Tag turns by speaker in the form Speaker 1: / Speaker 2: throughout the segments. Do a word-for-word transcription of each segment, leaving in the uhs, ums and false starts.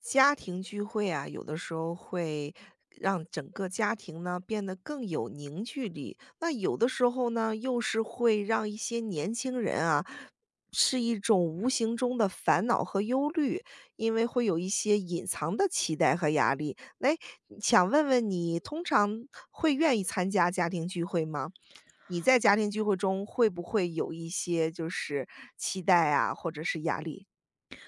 Speaker 1: 家庭聚会啊，有的时候会让整个家庭呢变得更有凝聚力。那有的时候呢，又是会让一些年轻人啊，是一种无形中的烦恼和忧虑，因为会有一些隐藏的期待和压力。哎，想问问你，通常会愿意参加家庭聚会吗？你在家
Speaker 2: 哦，
Speaker 1: 庭聚会中会不会有一些就是期待啊，或者是压力？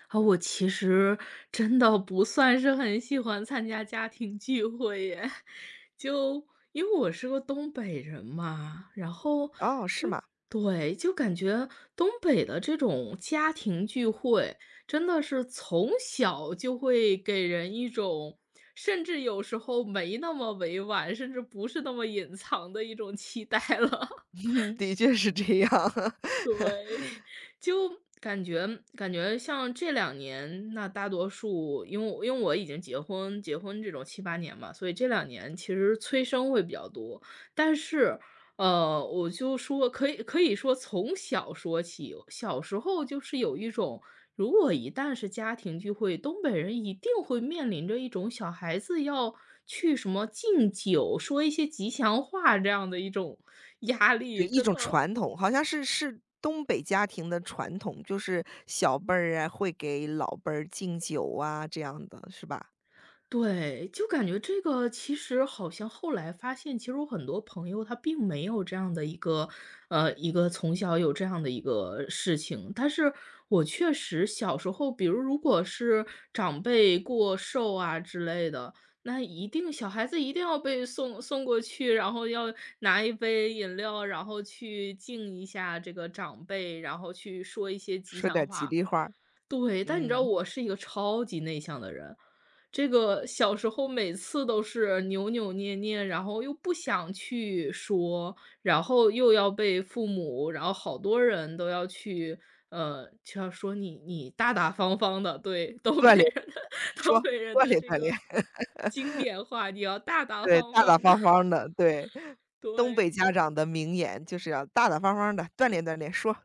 Speaker 2: 啊，我其实真的不算是很喜欢参加家庭聚会耶，就因为我是个东北人嘛，然后
Speaker 1: 哦，是
Speaker 2: 真
Speaker 1: 吗？
Speaker 2: 对，就感觉东北的这种家庭聚会，真的是从小就会给人一种，甚至有时候没那么委婉，甚至不是那么隐藏的一种期待了。
Speaker 1: 嗯，的确是这样。
Speaker 2: 对，就感觉感觉像这两年，那大多数因为我因为我已经结婚结婚这种七八年嘛，所以这两年其实催生会比较多。但是，呃，我就说可以可以说从小说起，小时候就是有一种，如果一旦是家庭聚会，东北人一定会面临着一种小孩子要去什么敬酒，说一些吉祥话这样的一种压
Speaker 1: 对，
Speaker 2: 力，
Speaker 1: 一
Speaker 2: 真
Speaker 1: 种
Speaker 2: 的
Speaker 1: 传统，好像是是东北家庭的传统，就是小辈儿啊会给老辈儿敬酒啊这样的，是吧？
Speaker 2: 对，就感觉这个其实好像后来发现，其实我很多朋友他并没有这样的一个，呃，一个从小有这样的一个事情。但是我确实小时候，比如如果是长辈过寿啊之类的，那一定小孩子一定要被送送过去，然后要拿一杯饮料，然后去敬一下这个长辈，然后去说一些吉
Speaker 1: 说
Speaker 2: 祥
Speaker 1: 点吉
Speaker 2: 话。
Speaker 1: 利话儿
Speaker 2: 对，但你知道
Speaker 1: 嗯，
Speaker 2: 我是一个超级内向的人，这个小时候每次都是扭扭捏捏，然后又不想去说，然后又要被父母，然后好多人都要去，呃，就要说你你大大方方的，对，东
Speaker 1: 锻
Speaker 2: 北
Speaker 1: 炼
Speaker 2: 人的 东
Speaker 1: 说
Speaker 2: 北人
Speaker 1: 锻
Speaker 2: 的
Speaker 1: 炼
Speaker 2: 这
Speaker 1: 锻炼，
Speaker 2: 个 经典话，你要大大
Speaker 1: 对，
Speaker 2: 方
Speaker 1: 大大
Speaker 2: 方的，
Speaker 1: 方方的，对。东
Speaker 2: 对。
Speaker 1: 北家长的名言就是要大大方方的锻炼锻炼说。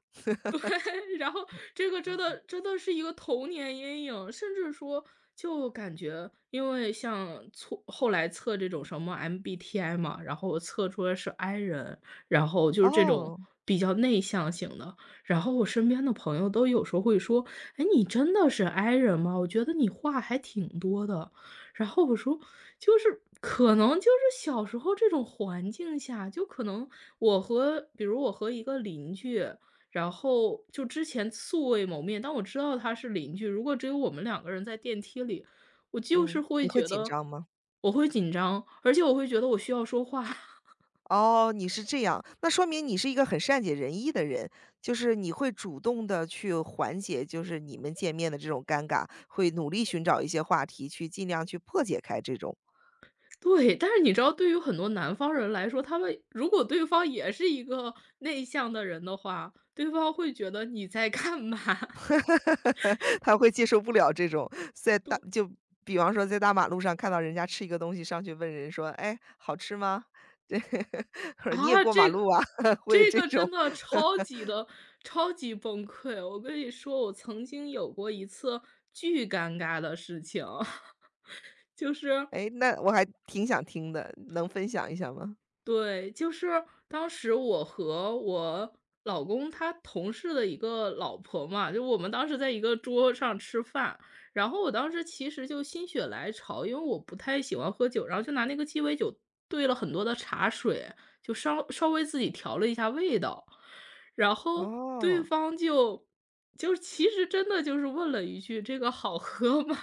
Speaker 2: 对 然后这个真的真的是一个童年阴影，甚至说就感觉，因为像测后来测这种什么 M B T I 嘛，然后我测出来是 I 人，然后就是这种
Speaker 1: 哦，
Speaker 2: 比较内向型的，然后我身边的朋友都有时候会说：“哎，你真的是 I 人吗？我觉得你话还挺多的。”然后我说：“就是可能就是小时候这种环境下，就可能我和比如我和一个邻居，然后就之前素未谋面，但我知道他是邻居，如果只有我们两个人在电梯里，我就是
Speaker 1: 嗯，你
Speaker 2: 会
Speaker 1: 会
Speaker 2: 觉
Speaker 1: 紧
Speaker 2: 得
Speaker 1: 张吗？
Speaker 2: 我会紧张，而且我会觉得我需要说话。
Speaker 1: 哦，你是这样，那说明你是一个很善解人意的人，就是你会主动的去缓解，就是你们见面的这种尴尬，会努力寻找一些话题去尽量去破解开这种，
Speaker 2: 对，但是你知道，对于很多南方人来说，他们如果对方也是一个内向的人的话，对方会觉得你在干嘛？
Speaker 1: 他会接受不了这种，在大
Speaker 2: 对
Speaker 1: 就比方说在大马路上看到人家吃一个东西，上去问人说：“哎，好吃吗？”对，或者“你也
Speaker 2: 啊，
Speaker 1: 过马
Speaker 2: 这
Speaker 1: 路
Speaker 2: 个
Speaker 1: 啊？” 会有
Speaker 2: 这
Speaker 1: 这
Speaker 2: 个
Speaker 1: 种。
Speaker 2: 真的超级的超级崩溃。我跟你说，我曾经有过一次巨尴尬的事情。就是
Speaker 1: 哎，那我还挺想听的，能分享一下吗？
Speaker 2: 对，就是当时我和我老公他同事的一个老婆嘛，就我们当时在一个桌上吃饭，然后我当时其实就心血来潮，因为我不太喜欢喝酒，然后就拿那个鸡尾酒兑了很多的茶水，就稍稍微自己调了一下味道，然后对
Speaker 1: 哦，
Speaker 2: 方就就其实真的就是问了一句：“这个好喝吗？”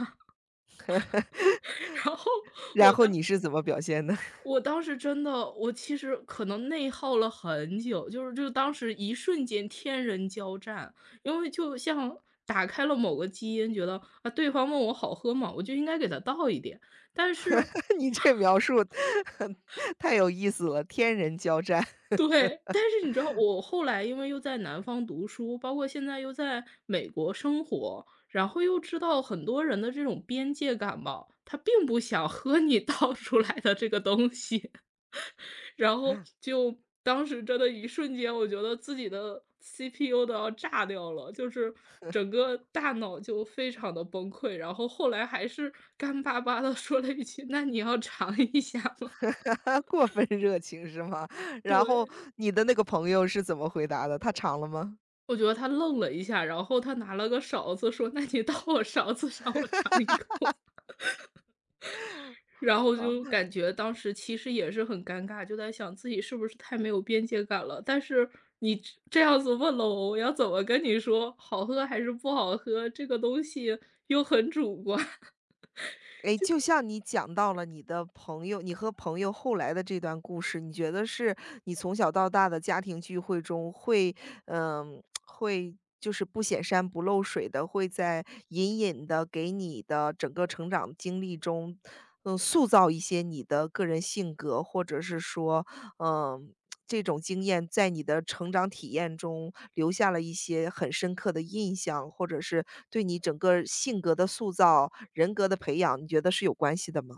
Speaker 2: 然后
Speaker 1: 然
Speaker 2: 我
Speaker 1: 后
Speaker 2: 当
Speaker 1: 你是怎么表现的？
Speaker 2: 我当时真的，我其实可能内耗了很久，就是就当时一瞬间天人交战，因为就像打开了某个基因，觉得啊，对方问我好喝吗，我就应该给他倒一点，但是，
Speaker 1: 你这描 述 太有意思了，天人交战，
Speaker 2: 对，但是你知道，我后来因为又在南方读书，包括现在又在美国生活，然后又知道很多人的这种边界感吧，他并不想喝你倒出来的这个东西。然后就当时真的一瞬间，我觉得自己的 C P U 都要炸掉了，就是整个大脑就非常的崩溃。然后后来还是干巴巴的 说了一句：“那你要尝一下吗？”
Speaker 1: 过分热情是吗？然后
Speaker 2: 对，
Speaker 1: 你的那个朋友是怎么回答的？他尝了吗？
Speaker 2: 我觉得他愣了一下，然后他拿了个勺子说：“那你到我勺子上，我尝一口。”然后
Speaker 1: 啊，
Speaker 2: 就感觉当时其实也是很尴尬，就在想自己是不是太没有边界感了。但是你这这样子问了我，我要怎么跟你说好喝还是不好喝，这个东西又很主观。
Speaker 1: 诶，就像你讲到了你的朋友，你和朋友后来的这段故事，你觉得是你从小到大的家庭聚会中会，嗯、会就是不显山不漏水的，会在隐隐的给你的整个成长经历中，嗯、塑造一些你的个人性格，或者是说，嗯、这种经验在你的成长体验中留下了一些很深刻的印象，或者是对你整个性格的塑造、人格的培养，你觉得是有关系的吗？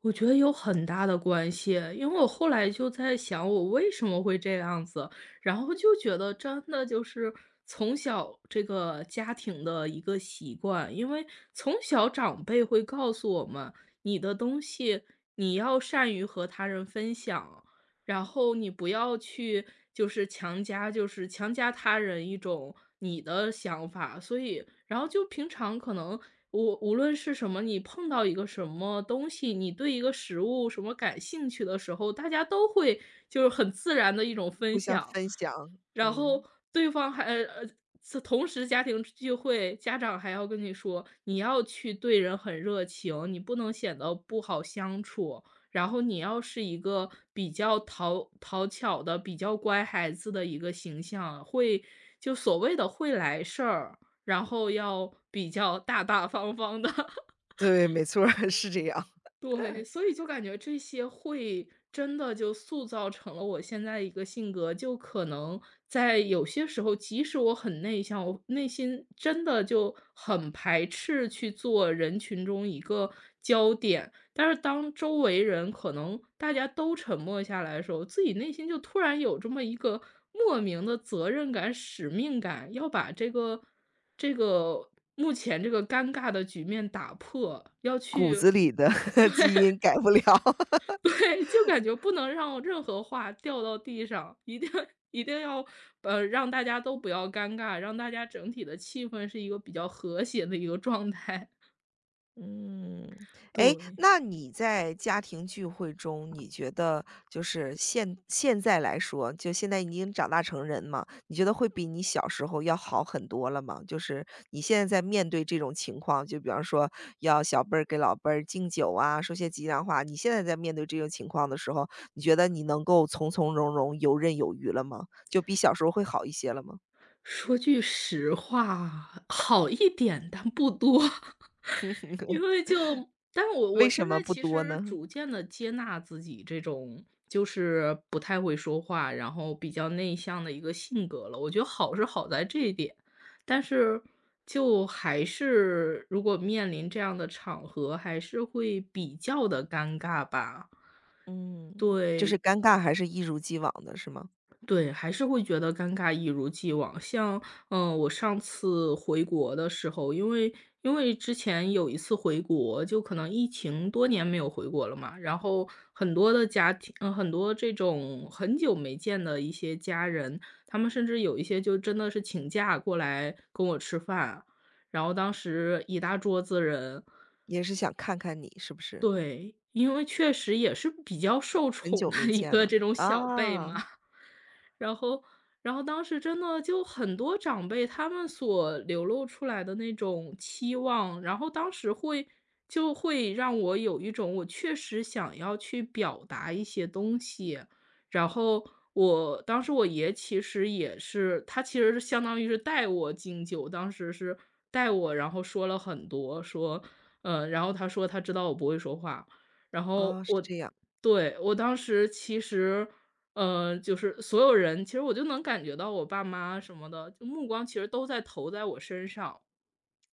Speaker 2: 我觉得有很大的关系，因为我后来就在想我为什么会这样子，然后就觉得真的就是从小这个家庭的一个习惯，因为从小长辈会告诉我们，你的东西你要善于和他人分享，然后你不要去就是强加，就是强加他人一种你的想法，所以然后就平常可能无无论是什么，你碰到一个什么东西，你对一个食物什么感兴趣的时候，大家都会就是很自然的一种
Speaker 1: 互
Speaker 2: 分
Speaker 1: 相
Speaker 2: 享。
Speaker 1: 分享，
Speaker 2: 然后
Speaker 1: 嗯。
Speaker 2: 对方还呃呃，此同时家庭聚会，家长还要跟你说，你要去对人很热情，你不能显得不好相处，然后你要是一个比较讨讨巧的、比较乖孩子的一个形象，会就所谓的会来事儿，然后要比较大大方方的
Speaker 1: 对，没错儿是这样。
Speaker 2: 对，所以就感觉这些会真的就塑造成了我现在一个性格，就可能在有些时候，即使我很内向，我内心真的就很排斥去做人群中一个焦点，但是当周围人可能大家都沉默下来的时候，自己内心就突然有这么一个莫名的责任感、使命感，要把这个这个目前这个尴尬的局面打破，要
Speaker 1: 骨
Speaker 2: 去
Speaker 1: 子里的 基因改不了。
Speaker 2: 对，就感觉不能让任何话掉到地上，一定 一定要，呃，让大家都不要尴尬，让大家整体的气氛是一个比较和谐的一个状态。
Speaker 1: 嗯，哎，
Speaker 2: 对，
Speaker 1: 那你在家庭聚会中，你觉得就是现现在来说，就现在已经长大成人嘛，你觉得会比你小时候要好很多了吗？就是你现在在面对这种情况，就比方说要小辈儿给老辈儿敬酒啊，说些吉祥话，你现在在面对这种情况的时候，你觉得你能够从从容容、游刃有余了吗？就比小时候会好一些了吗？
Speaker 2: 说句实话，好一点，但不多。因为 就但是我我
Speaker 1: 为
Speaker 2: 现
Speaker 1: 什么
Speaker 2: 在
Speaker 1: 不
Speaker 2: 其
Speaker 1: 多
Speaker 2: 实
Speaker 1: 呢？
Speaker 2: 逐渐的接纳自己这种就是不太会说话，然后比较内向的一个性格了。我觉得好是好在这一点，但是就还是如果面临这样的场合，还是会比较的尴尬吧。
Speaker 1: 嗯，就是
Speaker 2: 对。
Speaker 1: 尴尬还是一如既往的，是吗？
Speaker 2: 对，还是会觉得尴尬一如既往。像，嗯，我上次回国的时候，因为因为之前有一次回国，就可能疫情多年没有回国了嘛，然后很多的家庭嗯，很多这种很久没见的一些家人，他们甚至有一些就真的是请假过来跟我吃饭，然后当时一大桌子人
Speaker 1: 也是想看看你是不是？
Speaker 2: 对，因为确实也是比较受
Speaker 1: 很
Speaker 2: 宠
Speaker 1: 久没
Speaker 2: 的一
Speaker 1: 见
Speaker 2: 个
Speaker 1: 了。
Speaker 2: 这种小辈嘛。
Speaker 1: 啊，
Speaker 2: 然后然后当时真的就很多长辈他们所流露出来的那种期望，然后当时会就会让我有一种我确实想要去表达一些东西。然后我当时我爷其实也是，他其实是相当于是带我敬酒，当时是带我，然后说了很多，说，嗯，然后他说他知道我不会说话，然后
Speaker 1: 啊，是
Speaker 2: 我
Speaker 1: 这样。
Speaker 2: 对，我当时其实呃，就是所有人，其实我就能感觉到我爸妈什么的，就目光其实都在投在我身上，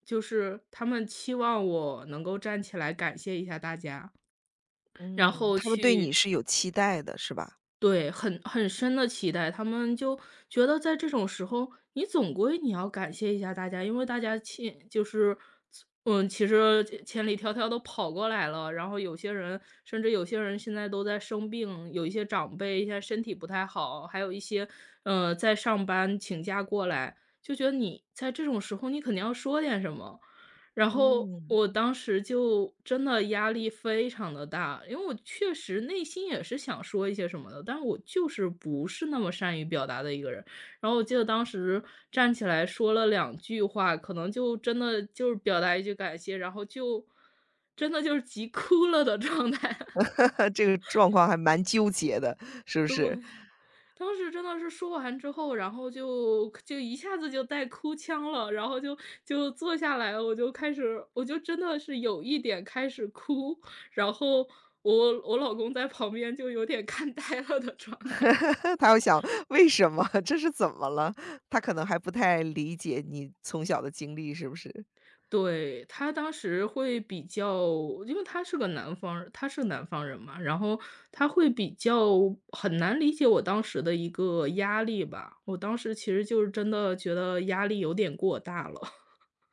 Speaker 2: 就是他们期望我能够站起来感谢一下大家，然
Speaker 1: 嗯，
Speaker 2: 后
Speaker 1: 他们对你
Speaker 2: 去
Speaker 1: 是有期待的是吧？
Speaker 2: 对，很很深的期待，他们就觉得在这种时候，你总归你要感谢一下大家，因为大家千就是嗯，其实千里迢迢都跑过来了，然后有些人甚至有些人现在都在生病，有一些长辈现在身体不太好，还有一些呃在上班请假过来，就觉得你在这种时候，你肯定要说点什么。然后
Speaker 1: 嗯，
Speaker 2: 我当时就真的压力非常的大，因为我确实内心也是想说一些什么的，但是我就是不是那么善于表达的一个人。然后我记得当时站起来说了两句话，可能就真的就是表达一句感谢，然后就真的就是急哭了的状态，
Speaker 1: 这个状况还蛮纠结的，是不
Speaker 2: 对。
Speaker 1: 是？
Speaker 2: 当时真的是说完之后，然后就就一下子就带哭腔了，然后就就坐下来，我就开始我就真的是有一点开始哭，然后我我老公在旁边就有点看呆了的状态。
Speaker 1: 他又想为什么？这是怎么了？他可能还不太理解你从小的经历是不是？
Speaker 2: 对，他当时会比较，因为他是个南方人，他是南方人嘛，然后他会比较很难理解我当时的一个压力吧。我当时其实就是真的觉得压力有点过大了。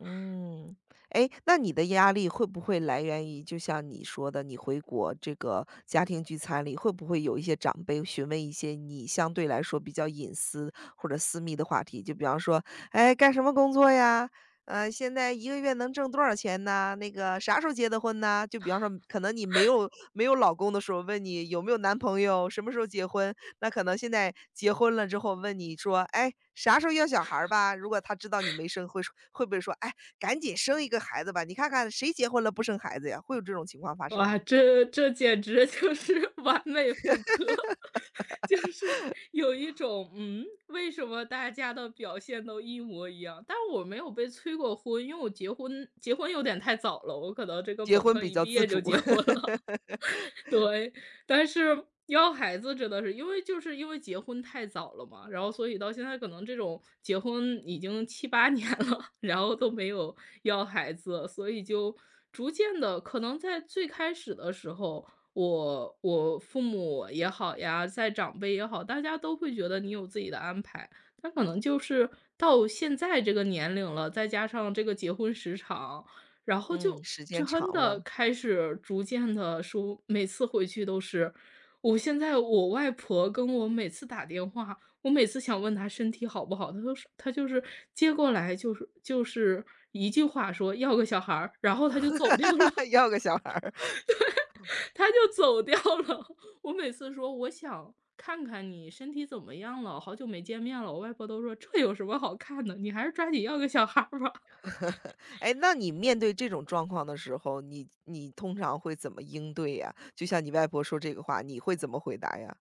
Speaker 1: 嗯，诶，那你的压力会不会来源于就像你说的，你回国这个家庭聚餐里，会不会有一些长辈询问一些你相对来说比较隐私或者私密的话题？就比方说，哎，干什么工作呀？呃，现在一个月能挣多少钱呢？那个啥时候结的婚呢？就比方说，可能你没有没有老公的时候，问你有没有男朋友，什么时候结婚？那可能现在结婚了之后，问你说，哎，啥时候要小孩儿吧？如果他知道你没生，会说会不会说，哎，赶紧生一个孩子吧？你看看谁结婚了不生孩子呀？会有这种情况发生吗？
Speaker 2: 哇，这这简直就是 完美复刻，就是有一种，嗯，为什么大家的表现都一模一样？但我没有被催过婚，因为我结婚结婚有点太早了，我可能这个
Speaker 1: 结
Speaker 2: 本
Speaker 1: 婚
Speaker 2: 科
Speaker 1: 比
Speaker 2: 一
Speaker 1: 较
Speaker 2: 毕
Speaker 1: 自
Speaker 2: 业就
Speaker 1: 主，
Speaker 2: 结婚了。对，但是要孩子真的是因为就是因为结婚太早了嘛，然后所以到现在可能这种结婚已经七八年了，然后都没有要孩子，所以就逐渐的，可能在最开始的时候，我我父母也好呀，在长辈也好，大家都会觉得你有自己的安排。但可能就是到现在这个年龄了，再加上这个结婚时长，然后
Speaker 1: 嗯。
Speaker 2: 就
Speaker 1: 时间
Speaker 2: 真
Speaker 1: 长
Speaker 2: 的
Speaker 1: 了，
Speaker 2: 开始逐渐的说，每次回去都是我现在我外婆跟我每次打电话，我每次想问她身体好不好，她都是她就是接过来就是就是一句话说要个小孩儿，然后她就走掉了，
Speaker 1: 要个小孩儿。
Speaker 2: 她就走掉了。我每次说我想看看你身体怎么样了，好久没见面了，我外婆都说这有什么好看的，你还是抓紧要个小孩儿吧。
Speaker 1: 哎，那你面对这种状况的时候，你你通常会怎么应对呀？就像你外婆说这个话，你会怎么回答呀？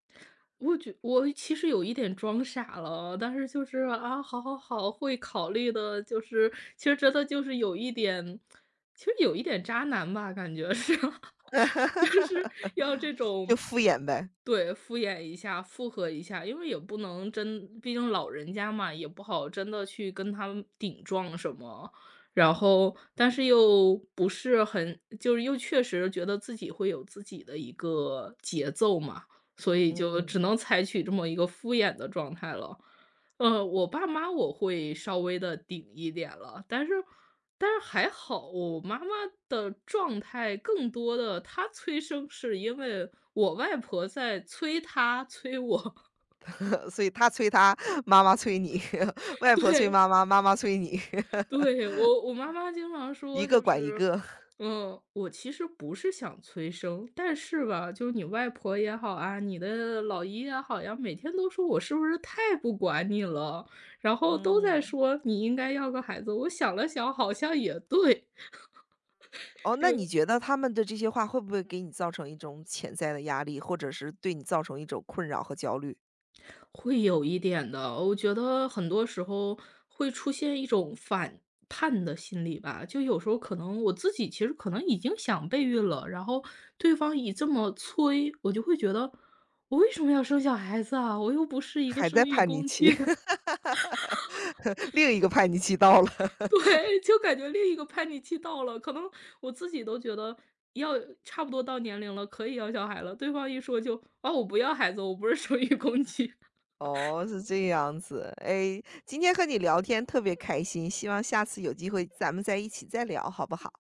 Speaker 2: 我觉我其实有一点装傻了，但是就是啊，好好好，会考虑的，就是其实真的就是有一点，其实有一点渣男吧，感觉是，就是要这
Speaker 1: 就
Speaker 2: 种，
Speaker 1: 敷衍呗。
Speaker 2: 对，敷衍一下，附和一下，因为也不能真，毕竟老人家嘛，也不好真的去跟他们顶撞什么，然后但是又不是很，就是又确实觉得自己会有自己的一个节奏嘛。所以就只
Speaker 1: 嗯。
Speaker 2: 能采取这么一个敷衍的状态了。呃，我爸妈我会稍微的顶一点了，但是但是还好，我妈妈的状态更多的她催生是因为我外婆在催她催我，
Speaker 1: 所以他催他妈妈催你，外婆催
Speaker 2: 对。
Speaker 1: 妈妈，妈妈催你，
Speaker 2: 对，我我妈妈经常
Speaker 1: 一
Speaker 2: 说
Speaker 1: 个
Speaker 2: 就
Speaker 1: 管一
Speaker 2: 是，
Speaker 1: 个。
Speaker 2: 嗯，我其实不是想催生，但是吧，就是你外婆也好啊，你的老姨也好呀，每天都说我是不是太不管你了，然后都在
Speaker 1: 嗯。
Speaker 2: 说你应该要个孩子。我想了想，好像也对，
Speaker 1: 哦，那 你觉得他们的这些话会不会给你造成一种潜在的压力，或者是对你造成一种困扰和焦虑？
Speaker 2: 会有一点的，我觉得很多时候会出现一种反叛的心理吧。就有时候可能我自己其实可能已经想备孕了，然后对方一这么催，我就会觉得我为什么要生小孩子啊？我又不是一个
Speaker 1: 还在
Speaker 2: 生育
Speaker 1: 叛逆
Speaker 2: 工
Speaker 1: 期，
Speaker 2: 具。
Speaker 1: 另一个叛逆期到了。
Speaker 2: 对，就感觉另一个叛逆期到了，可能我自己都觉得要差不多到年龄了，可以要小孩了，对方一说就啊，我不要孩子，我不是生育工具。
Speaker 1: 哦，是这样子。哎，今天和你聊天特别开心，希望下次有机会咱们在一起再聊，好不好？